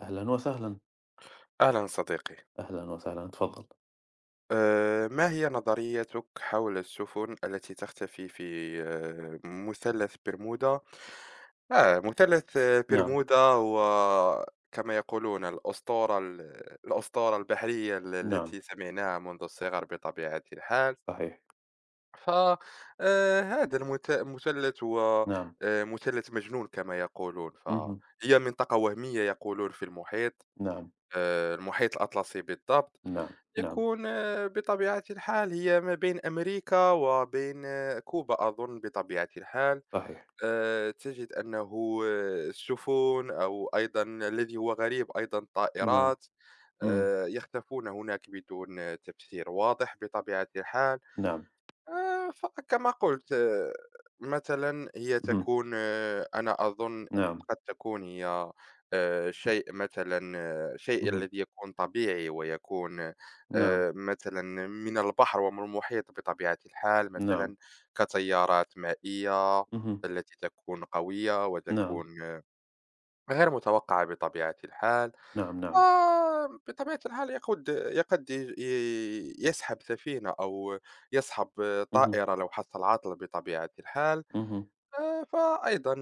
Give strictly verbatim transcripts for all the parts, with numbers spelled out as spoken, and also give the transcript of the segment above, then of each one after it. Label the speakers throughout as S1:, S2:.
S1: أهلًا وسهلًا،
S2: أهلا صديقي.
S1: أهلًا وسهلًا، اتفضّل.
S2: آه، ما هي نظريتك حول السفن التي تختفي في آه، مثلث برمودا؟ آه، مثلث آه،
S1: نعم،
S2: برمودا هو كما يقولون الأسطورة الأسطورة البحرية ال-
S1: نعم،
S2: التي سمعناها منذ الصغر بطبيعة الحال.
S1: صحيح،
S2: فهذا المثلث هو
S1: نعم،
S2: آه، مثلث مجنون كما يقولون،
S1: اهم،
S2: فهي منطقة وهمية يقولون في المحيط،
S1: نعم،
S2: آه، المحيط الأطلسي بالضبط،
S1: نعم، نعم،
S2: يكون آه، بطبيعة الحال هي ما بين أمريكا وبين آه، كوبا أظن بطبيعة الحال.
S1: صحيح،
S2: آه، تجد أنه آه، السفن أو أيضا الذي هو غريب أيضا
S1: نعم،
S2: الطائرات
S1: إمم،
S2: آه، يختفون هناك بدون آه، تفسير واضح بطبيعة الحال.
S1: نعم،
S2: آآ، فكما قُلت، آه، مثلًا هي
S1: اهم،
S2: تكون، آآ، أنا أظن
S1: نعم،
S2: قد تكون هي آآ، شيء مثلًا، آه، شيء
S1: اهم،
S2: الذي يكون طبيعي ويكون،
S1: نعم،
S2: آآ، مثلًا من البحر ومن المحيط بطبيعة الحال
S1: نعم،
S2: مثلًا، كتيارات مائية
S1: اهم،
S2: التي تكون قوية
S1: نعم،
S2: وتكون آه، غير متوقعة بطبيعة الحال.
S1: نعم، نعم،
S2: وبطبيعة الحال يقود يقد ي ي يسحب سفينة أو يسحب
S1: اهم،
S2: طائرة لو حصل عطل بطبيعة الحال.
S1: اهم،
S2: آآ، فأيضًا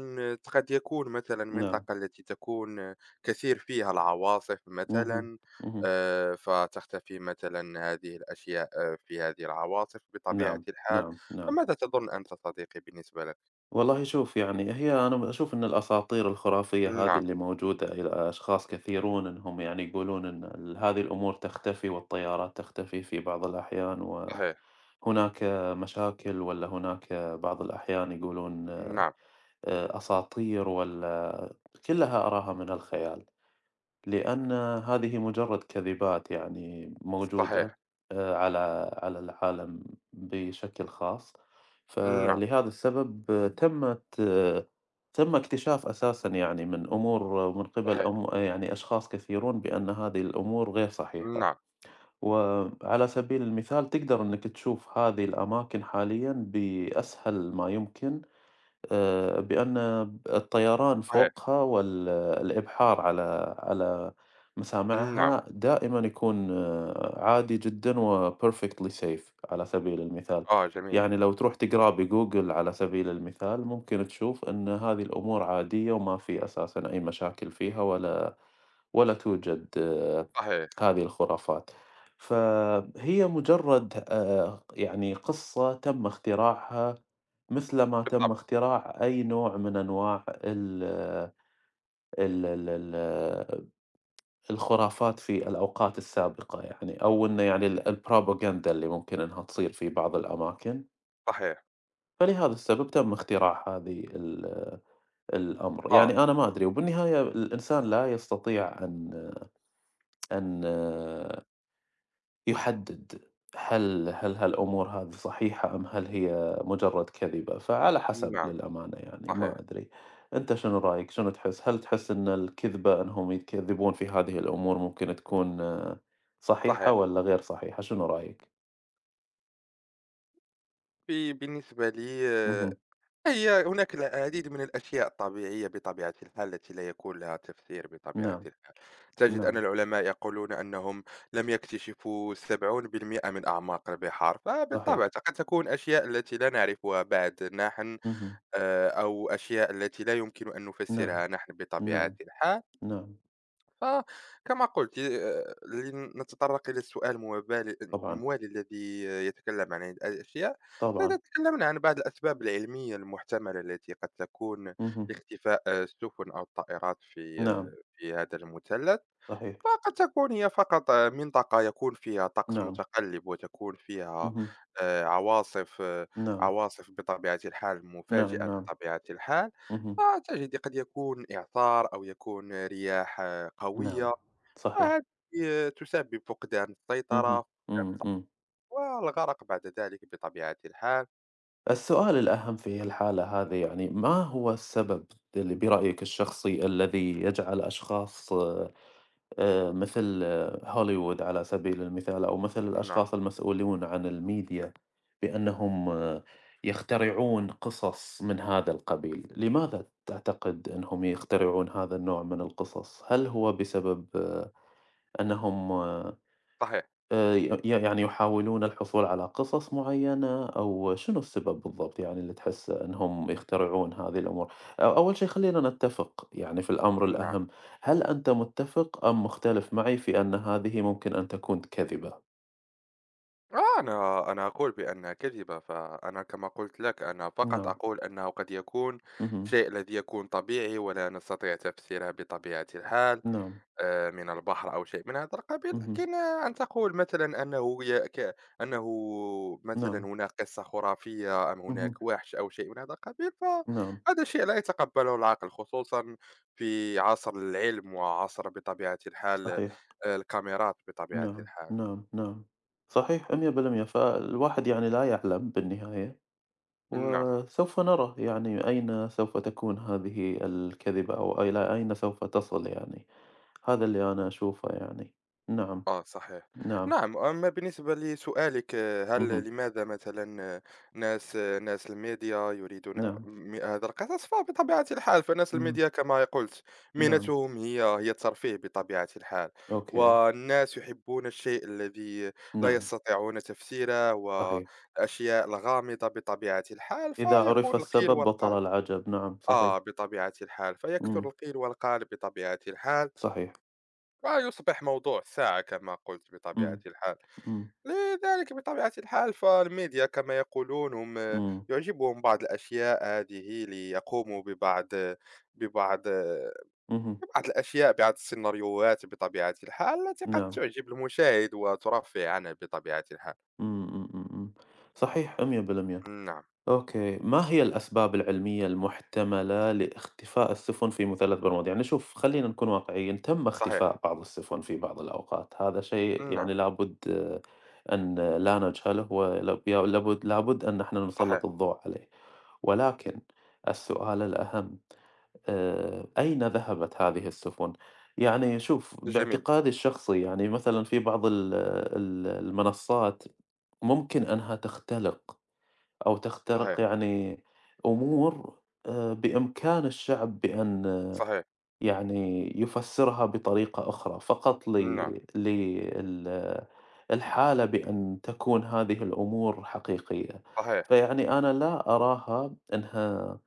S2: قد يكون مثلًا
S1: نعم،
S2: منطقة التي تكون كثير فيها العواصف
S1: اهم،
S2: مثلًا.
S1: اهم،
S2: آآ، فتختفي مثلًا هذه الأشياء آه، في هذه العواصف بطبيعة
S1: نعم،
S2: الحال.
S1: نعم، نعم.
S2: فماذا تظن أنت صديقي بالنسبة لك؟
S1: والله شوف يعني هي أنا أشوف إن الأساطير الخرافية هذه
S2: نعم،
S1: اللي موجودة إلى أشخاص كثيرون إنهم يعني يقولون إن ال هذه الأمور تختفي والطيارات تختفي في بعض الأحيان و
S2: صحيح،
S1: هناك مشاكل والّا هناك بعض الأحيان يقولون
S2: نعم،
S1: آآ أساطير والّا كلّها أراها من الخيال، لأن هذه مجرد كذبات يعني موجودة
S2: صحيح،
S1: آآ على على العالم بشكل خاص، إمم.
S2: نعم،
S1: فلهذا السبب آه، تمت آه، تم اكتشاف أساسًا يعني من أمور آه، من قبل
S2: صحيح،
S1: أم آه، يعني أشخاص كثيرون بأن هذه الأمور غير صحيحة.
S2: نعم،
S1: وعلى سبيل المثال تقدر إنك تشوف هذه الأماكن حاليًا بأسهل ما يمكن، آآ، بأن الطيران
S2: صحيح،
S1: فوقها والإبحار على على
S2: نعم،
S1: مسامعها دائمًا يكون آه، عادي جدًا وperfectly safe على سبيل المثال،
S2: آه، جميل.
S1: يعني لو تروح تقراه بGoogle على سبيل المثال ممكن تشوف إن هذه الأمور عادية وما في أساسًا أي مشاكل فيها ولا ولا توجد آه،
S2: صحيح،
S1: هذه الخرافات. فهي مجرد آآ يعني قصة تم اختراعها مثل ما تم
S2: بالطبع،
S1: اختراع أي نوع من أنواع ال آه، ال ال ال آه، الخرافات في الأوقات السابقة يعني، أو إنه يعني ال الpropaganda اللي ممكن إنها تصير في بعض الأماكن،
S2: صحيح،
S1: فلهذا السبب تم اختراع هذه ال آه، الأمر،
S2: آه،
S1: يعني أنا ما أدري وبالنهاية الإنسان لا يستطيع أن آه، أن آه، يحدد هل هل هالأمور هذه صحيحة أم هل هي مجرد كذبة، فعلى حسب
S2: نعم،
S1: للأمانة يعني ما
S2: صحيح،
S1: أدري، أنت شنو رأيك؟ شنو تحس؟ هل تحس إن الكذبة إنهم يكذبون في هذه الأمور ممكن تكون آه، صحيحة
S2: صحيح،
S1: والّا غير صحيحة، شنو رأيك؟
S2: في بالنسبة لي آه،
S1: اهم،
S2: هي هناك العديد من الأشياء الطبيعية بطبيعة الحال التي لا يكون لها تفسير بطبيعة
S1: نعم،
S2: الحال. تجد أن
S1: نعم،
S2: العلماء يقولون أنهم لم يكتشفوا سبعين بالمية من أعماق البحار،
S1: صحيح،
S2: فبالطبع قد تكون أشياء التي لا نعرفها بعد نحن،
S1: اهم،
S2: آآ، أو أشياء التي لا يمكن أن
S1: نعم،
S2: نفسرها نحن بطبيعة
S1: نعم،
S2: الحال.
S1: نعم،
S2: فكما قلت، آه، لنتطرق إلى السؤال الموالي،
S1: طبعًا،
S2: الموالي الذي يتكلم عن هذه الأشياء.
S1: طبعًا،
S2: فتكلمنا عن بعض الأسباب العلمية المحتملة التي قد تكون
S1: اهم،
S2: لاختفاء آه، السفن أو الطائرات في
S1: نعم،
S2: آه، في هذا المثلث.
S1: صحيح،
S2: فقد تكون هي فقط منطقة يكون فيها طقس
S1: نعم،
S2: متقلب وتكون فيها
S1: اهم،
S2: آه، عواصف آه،
S1: نعم،
S2: عواصف بطبيعة الحال
S1: نعم،
S2: مفاجئة
S1: نعم،
S2: بطبيعة الحال.
S1: اهم،
S2: فتجد قد يكون إعصار أو يكون رياح آه،
S1: نعم،
S2: قوية،
S1: صحيح،
S2: فهذه آه، تسبب فقدان السيطرة،
S1: اهم،
S2: فقدان
S1: إمم،
S2: الصبر،
S1: إمم.
S2: والغرق بعد ذلك بطبيعة الحال.
S1: السؤال الأهم في الحالة هذه يعني ما هو السبب اللي برأيك الشخصي الذي يجعل أشخاص آه، آه، مثل آه، هوليوود على سبيل المثال أو مثل
S2: نعم،
S1: الأشخاص المسؤولون عن الميديا بأنهم آه، يخترعون قصص من هذا القبيل لماذا تعتقد أنهم يخترعون هذا النوع من القصص؟ هل هو بسبب آه، أنهم آه،
S2: صحيح،
S1: آآ ي ي يعني يحاولون الحصول على قصص معيّنة أو شنو السبب بالضبط يعني اللي تحس إنهم يخترعون هذه الأمور؟ أ أول شي خلّينا نتّفق يعني في الأمر
S2: نعم،
S1: الأهم، هل أنت متّفق أم مختلف معي في أن هذه ممكن أن تكون كذبة؟
S2: آه، أنا أنا أقول بأنها كذبة، فأنا كما قلت لك أنا فقط
S1: نعم،
S2: أقول أنه قد يكون
S1: اهم،
S2: شيء الذي يكون طبيعي ولا نستطيع تفسيره بطبيعة الحال.
S1: نعم،
S2: آآ، من البحر أو شيء من هذا القبيل،
S1: اهم،
S2: لكن آه، أن تقول مثلًا أنه ي ك أنه مثلًا
S1: نعم،
S2: هناك قصة خرافية أم
S1: اهم،
S2: هناك وحش أو شيء من هذا القبيل،
S1: نعم،
S2: فهذا شيء لا يتقبله العقل خصوصًا في عصر العلم وعصر بطبيعة الحال آه،
S1: صحيح،
S2: الكاميرات بطبيعة
S1: نعم،
S2: الحال.
S1: نعم، نعم، صحيح مية بالمية فالواحد يعني لا يعلم بالنهاية.
S2: نعم.
S1: وسوف نرى يعني أين سوف تكون هذه الكذبة أو إلى أين سوف تصل يعني هذا اللي أنا أشوفه يعني نعم
S2: آه صحيح،
S1: نعم
S2: نعم. أما بالنسبة لسؤالِك، آه، هل
S1: اهم
S2: لماذا مثلًا آه، ناس آه، ناس الميديا يريدون
S1: نعم
S2: م هذا القصص؟ فبطبيعة الحال فناس
S1: اهم
S2: الميديا كما قُلت
S1: نعم
S2: مهنتهم هي هي الترفيه بطبيعة الحال،
S1: أوكي
S2: والناس يحبون الشيء الذي لا
S1: نعم
S2: يستطيعون تفسيره
S1: صحيح
S2: والأشياء الغامضة بطبيعة الحال،
S1: إذا عُرف
S2: فيكون القيل
S1: السبب
S2: والقال.
S1: بطل العجب نعم صحيح
S2: آه بطبيعة الحال، فيكثر
S1: إمم
S2: القيل والقال بطبيعة الحال،
S1: صحيح
S2: ويصبح موضوع الساعة كما قُلت بطبيعة
S1: إمم
S2: الحال.
S1: إمم
S2: لذلك بطبيعة الحال فالميديا كما يقولون هم
S1: إمم
S2: يعجبهم بعض الأشياء هذه ليقوموا ببعض ببعض
S1: اهم
S2: ببعض الأشياء، بعض السيناريوهات بطبيعة الحال التي قد
S1: نعم
S2: تعجب المشاهد وترفه عنه بطبيعة الحال.
S1: إمم إمم إمم إمم صحيح مية بالمية.
S2: نعم،
S1: أوكي، ما هي الأسباب العلمية المحتملة لاختفاء السفن في مثلث برمودا؟ يعني شوف خلينا نكون واقعيين، تم
S2: صحيح،
S1: اختفاء بعض السفن في بعض الأوقات، هذا شيء
S2: نعم،
S1: يعني لابد آه، أن لا نجهله ولاب- يا- لابد لابد أن نحن
S2: صحيح،
S1: نسلط الضوء عليه، ولكن السؤال الأهم آه، أين ذهبت هذه السفن؟ يعني شوف
S2: جميل،
S1: باعتقادي الشخصي يعني مثلا في بعض ال- ال- المنصات ممكن أنها تختلق أو تخترق
S2: صحيح،
S1: يعني أمور آه، بإمكان الشعب بأن
S2: صحيح،
S1: يعني يفسّرها بطريقة أخرى فقط ل
S2: نعم،
S1: لل الحالة بأن تكون هذه الأمور حقيقية،
S2: صحيح،
S1: فيعني أنا لا أراها أنها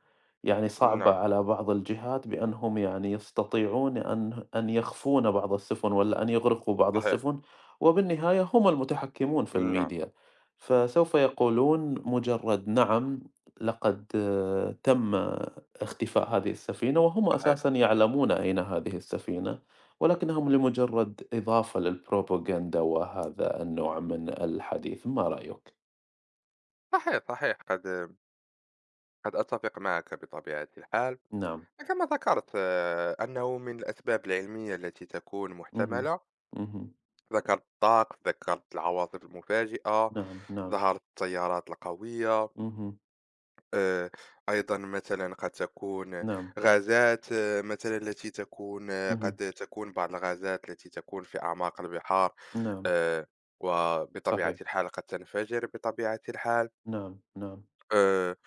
S1: يعني صعبة
S2: نعم،
S1: على بعض الجهات بأنهم يعني يستطيعون أن أن يخفون بعض السفن والّا أن يغرقوا بعض
S2: صحيح،
S1: السفن، وبالنهاية هم المتحكمون في
S2: نعم،
S1: الميديا، فسوف يقولون مجرد نعم لقد آه، تم اختفاء هذه السفينة، وهم
S2: صحيح،
S1: أساسًا يعلمون أين هذه السفينة، ولكنهم لمجرد إضافة للبروباغندا وهذا النوع من الحديث، ما رأيك؟
S2: صحيح، صحيح، قد قد أتفق معك بطبيعة الحال.
S1: نعم،
S2: كما ذكرت آه، أنه من الأسباب العلمية التي تكون
S1: اهم،
S2: محتملة،
S1: اهم،
S2: ذكرت الطقس، ذكرت العواصف المفاجئة،
S1: نعم، نعم،
S2: ظهرت التيارات القوية.
S1: اهم،
S2: آه، أيضا مثلا قد تكون
S1: نعم،
S2: غازات، آه، مثلا التي تكون آه،
S1: اهم،
S2: قد تكون بعض الغازات التي تكون في أعماق البحار،
S1: نعم،
S2: آه، وبطبيعة
S1: صحيح،
S2: الحال قد تنفجر بطبيعة الحال.
S1: نعم، نعم،
S2: آه،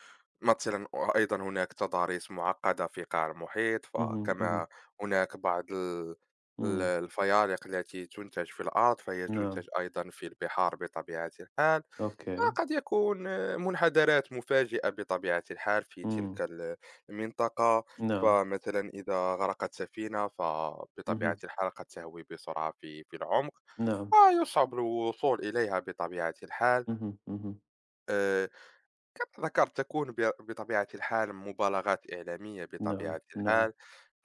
S2: مثلًا وأيضًا هناك تضاريس معقدة في قاع المحيط،
S1: اهم، اهم،
S2: فكما هناك بعض ال ال
S1: إمم،
S2: الفيالق التي تُنتج في الأرض، فهي
S1: نعم،
S2: تُنتج أيضًا في البحار بطبيعة الحال،
S1: أوكي،
S2: وقد يكون آه، منحدرات مفاجئة بطبيعة الحال في تلك
S1: إمم،
S2: ال المنطقة.
S1: نعم،
S2: فمثلًا إذا غرقت سفينة فبطبيعة
S1: اهم،
S2: الحال قد تهوي بسرعة في في العمق،
S1: نعم،
S2: ويصعب الوصول إليها بطبيعة الحال.
S1: اهم، اهم،
S2: آآ كما ذكرت تكون ب- بطبيعة الحال مبالغات إعلامية
S1: نعم،
S2: بطبيعة
S1: نعم،
S2: الحال.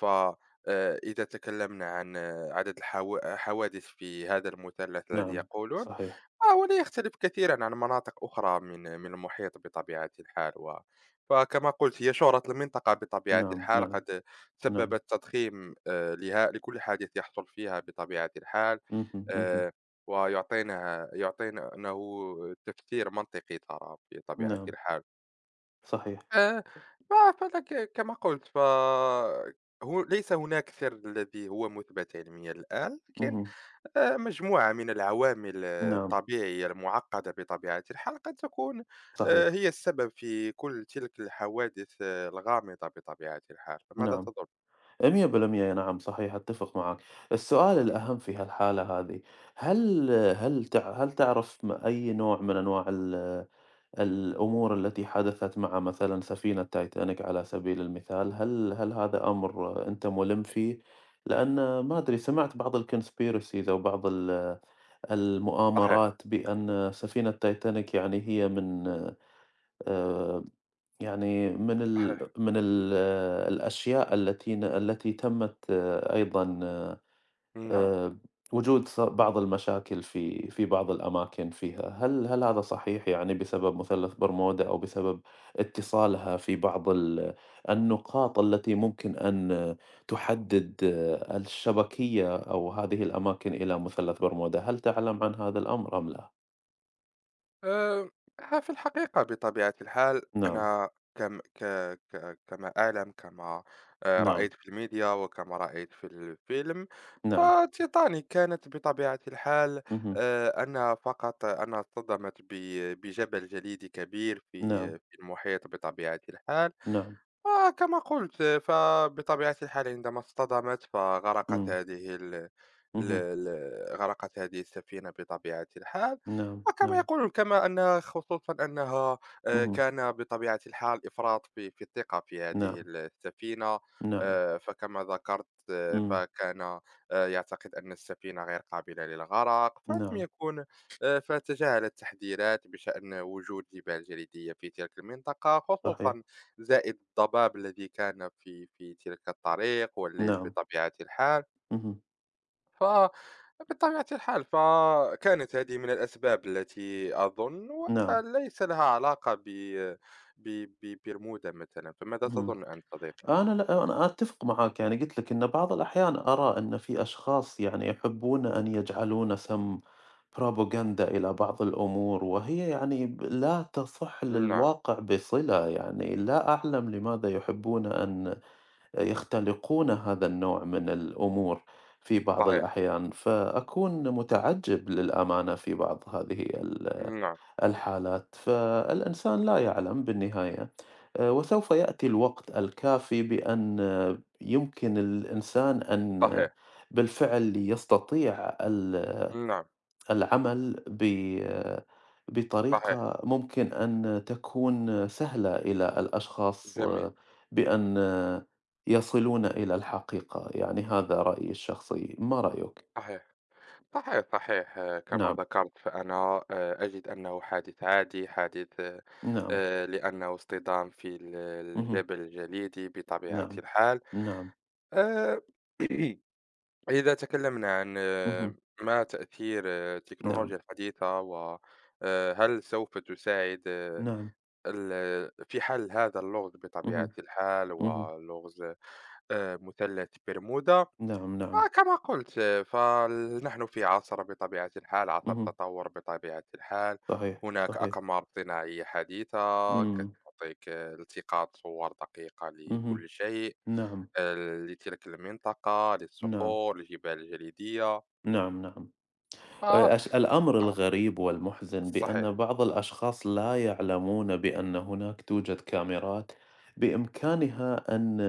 S2: فإذا تكلمنا عن آه، عدد الحوادث في هذا المثلث الذي
S1: نعم،
S2: يقولون
S1: صحيح،
S2: فهو لا يختلف كثيرا عن مناطق أخرى من من المحيط بطبيعة الحال، و فكما قلت هي شهرة المنطقة بطبيعة
S1: نعم،
S2: الحال
S1: نعم،
S2: قد
S1: نعم،
S2: سببت تضخيم آه، لها لكل حادث يحصل فيها بطبيعة الحال.
S1: اهم، اهم،
S2: آه، ويعطينا يعطينه تفسير منطقي ترى بطبيعة
S1: نعم،
S2: الحال.
S1: صحيح.
S2: آآ ما فلك كما قُلت فهو ليس هناك سِر الذي هو مُثبت علميًا الآن، لكن
S1: اهم،
S2: آآ مجموعة من العوامل آه،
S1: نعم،
S2: الطبيعية المُعقّدة بطبيعة الحال قد تكون
S1: صحيح،
S2: آآ هي السبب في كل تلك الحوادث آه، الغامضة بطبيعة الحال. فماذا
S1: نعم،
S2: تظُن؟
S1: مية بالمية نعم صحيح أتّفق معك. السؤال
S2: إمم،
S1: الأهم في هالحالة هذه، هل هل تع هل تعرف م أي نوع من أنواع ال الأمور التي حدثت مع مثلًا سفينة تايتانيك على سبيل المثال، هل هل هذا أمر أنت مُلِم فيه؟ لأن ما أدري سمعت بعض الconspiracies أو بعض ال
S2: صحيح،
S1: المؤامرات بأن سفينة تايتانيك يعني هي من آآ يعني من ال
S2: صحيح،
S1: من ال الأشياء التي ن التي تمت آه، أيضًا
S2: نعم.
S1: آآ وجود ص بعض المشاكل في في بعض الأماكن فيها، هل هل هذا صحيح يعني بسبب مثلث برمودا أو بسبب اتصالها في بعض ال النقاط التي ممكن أن تحدد آه، الشبكية أو هذه الأماكن إلى مثلث برمودا، هل تعلم عن هذا الأمر أم لا؟
S2: آآ، في الحقيقة بطبيعة الحال
S1: نعم،
S2: أنا كم ك ك كما أعلم، كما آآ،
S1: نعم،
S2: رأيت في الميديا وكما رأيت في الفيلم،
S1: نعم،
S2: فTitanic كانت بطبيعة الحال
S1: اهم،
S2: آآ، أنها فقط أنها اصطدمت ب بجبل جليدي كبير في
S1: نعم،
S2: في المحيط بطبيعة الحال.
S1: نعم،
S2: آه، كما قُلت فبطبيعة الحال عندما اصطدمت فغرقت
S1: إمم،
S2: هذه ال ال
S1: اهم.
S2: ال غرقت هذه السفينة بطبيعة الحال.
S1: نعم،
S2: وكما
S1: نعم،
S2: يقولون كما أنها خصوصًا أنها آآ،
S1: اهم،
S2: كان بطبيعة الحال إفراط في في الثقة في هذه
S1: نعم،
S2: السفينة.
S1: نعم،
S2: آآ، فكما ذكرت، آه،
S1: إمم،
S2: فكان آآ، يعتقد أن السفينة غير قابلة للغرق، فلم
S1: نعم،
S2: يكن. آآ، فتجاهل التحذيرات بشأن وجود جبال جليدية في تلك المنطقة
S1: صحيح،
S2: خصوصًا، زائد الضباب الذي كان في في تلك الطريق والليل
S1: نعم،
S2: بطبيعة الحال،
S1: اهم،
S2: فبطبيعة الحال فكانت هذه من الأسباب التي أظن و
S1: نعم،
S2: ليس لها علاقة ب ب ببرمودا مثلًا. فماذا
S1: اهم.
S2: تظن أنت صديقي؟
S1: أنا لأ، أنا أتفق معاك، يعني قُلت لك إن بعض الأحيان أرى أن في أشخاص يعني يحبون أن يجعلون سَمْ propaganda إلى بعض الأمور، وهي يعني ب لا تصح
S2: نعم،
S1: للواقع بصِلة، يعني لا أعلم لماذا يحبون أن يختلقون هذا النوع من الأمور في بعض
S2: صحيح،
S1: الأحيان، فأكون متعجب للأمانة في بعض هذه ال-
S2: نعم،
S1: الحالات، فالإنسان لا يعلم بالنهاية، آه، وسوف يأتي الوقت الكافي بأن آه، يمكن الإنسان أن آه،
S2: صحيح،
S1: بالفعل يستطيع ال-
S2: نعم،
S1: العمل ب
S2: صحيح،
S1: بطريقة ممكن أن تكون سهلة إلى الأشخاص
S2: جميل،
S1: بأن يصلون إلى الحقيقة، يعني هذا رأيي الشخصي، ما رأيك؟
S2: صحيح. صحيح صحيح آه، كما
S1: نعم،
S2: ذكرت فأنا آه، أجد أنه حادث عادي، حادث آه،
S1: نعم،
S2: آه، لأنه اصطدام في ال-
S1: اهم،
S2: الجبل الجليدي بطبيعة
S1: نعم،
S2: الحال.
S1: نعم،
S2: آه، إذا تكلمنا عن
S1: اهم،
S2: آه، ما تأثير آه،
S1: نعم،
S2: التكنولوجيا الحديثة، وهل سوف تساعد آه،
S1: نعم،
S2: ال- في حل هذا اللغز
S1: اهم،
S2: بطبيعة الحال
S1: اهم،
S2: ولغز آه، مثلث برمودا؟
S1: نعم، نعم،
S2: وكما قلت فنحن في عصر بطبيعة الحال، عصر
S1: اهم،
S2: تطور بطبيعة الحال.
S1: صحيح،
S2: هناك
S1: صحيح،
S2: أقمار صناعية حديثة
S1: إمم،
S2: تعطيك التقاط صور دقيقة
S1: اهم،
S2: لكل شيء،
S1: نعم،
S2: آه، لتلك المنطقة،
S1: نعم،
S2: للصخور، للجبال الجليدية.
S1: نعم، نعم.
S2: آه
S1: أش- الأمر
S2: آه
S1: الغريب والمحزن بأن
S2: صحيح،
S1: بعض الأشخاص لا يعلمون بأن هناك توجد كاميرات بإمكانها أن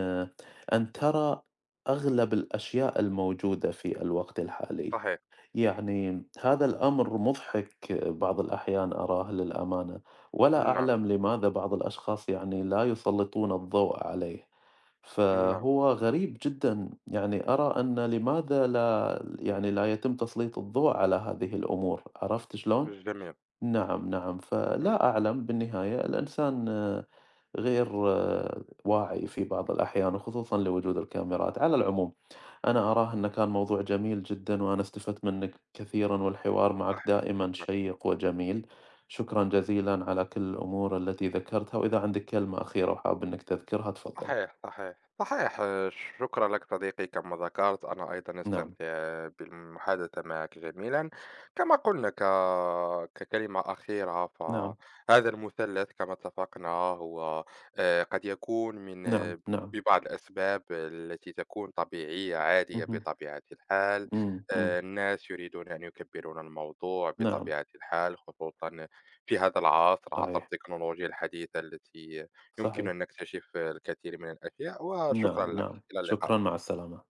S1: أن ترى أغلب الأشياء الموجودة في الوقت الحالي،
S2: صحيح،
S1: يعني هذا الأمر مضحك بعض الأحيان أراه للأمانة، ولا
S2: نعم،
S1: أعلم لماذا بعض الأشخاص يعني لا يسلطون الضوء عليه،
S2: نعم،
S1: فهو غريب جدًا، يعني أرى أن لماذا لا يعني لا يتم تسليط الضوء على هذه الأمور، عرفت شلون؟
S2: جميل،
S1: نعم، نعم،
S2: مم،
S1: فلا أعلم بالنهاية الإنسان آه، غير آه، واعي في بعض الأحيان وخصوصًا لوجود الكاميرات، على العموم أنا أراه أنه كان موضوع جميل جدًا، وأنا استفدت منك كثيرًا، والحوار معك
S2: صحيح.
S1: دائمًا
S2: شكرا.
S1: شيق وجميل، شكرًا جزيلًا على كل الأمور التي ذكرتها، وإذا عندك كلمة أخيرة وحابب إنك تذكرها تفضل.
S2: صحيح، صحيح، صحيح. شكرًا لك صديقي كما ذكرت، أنا أيضًا
S1: نعم،
S2: أستمتع بالمحادثة معك جميلًا. كما قلنا ك ككلمة أخيرة،
S1: نعم،
S2: فهذا المثلث كما اتفقنا هو آآ، قد يكون من
S1: نعم،
S2: آه،
S1: نعم،
S2: ببعض الأسباب التي تكون طبيعية عادية
S1: اهم،
S2: بطبيعة الحال.
S1: إمم، إمم،
S2: آآ، الناس يريدون أن يكبّرون الموضوع
S1: نعم،
S2: بطبيعة الحال، خصوصًا في هذا العصر، عصر
S1: صحيح،
S2: التكنولوجيا الحديثة التي يمكن
S1: صحيح،
S2: أن نكتشف الكثير من الأشياء. وشكرًا
S1: نعم،
S2: لك،
S1: نعم،
S2: إلى
S1: شكرًا،
S2: اللقاء.
S1: مع السلامة.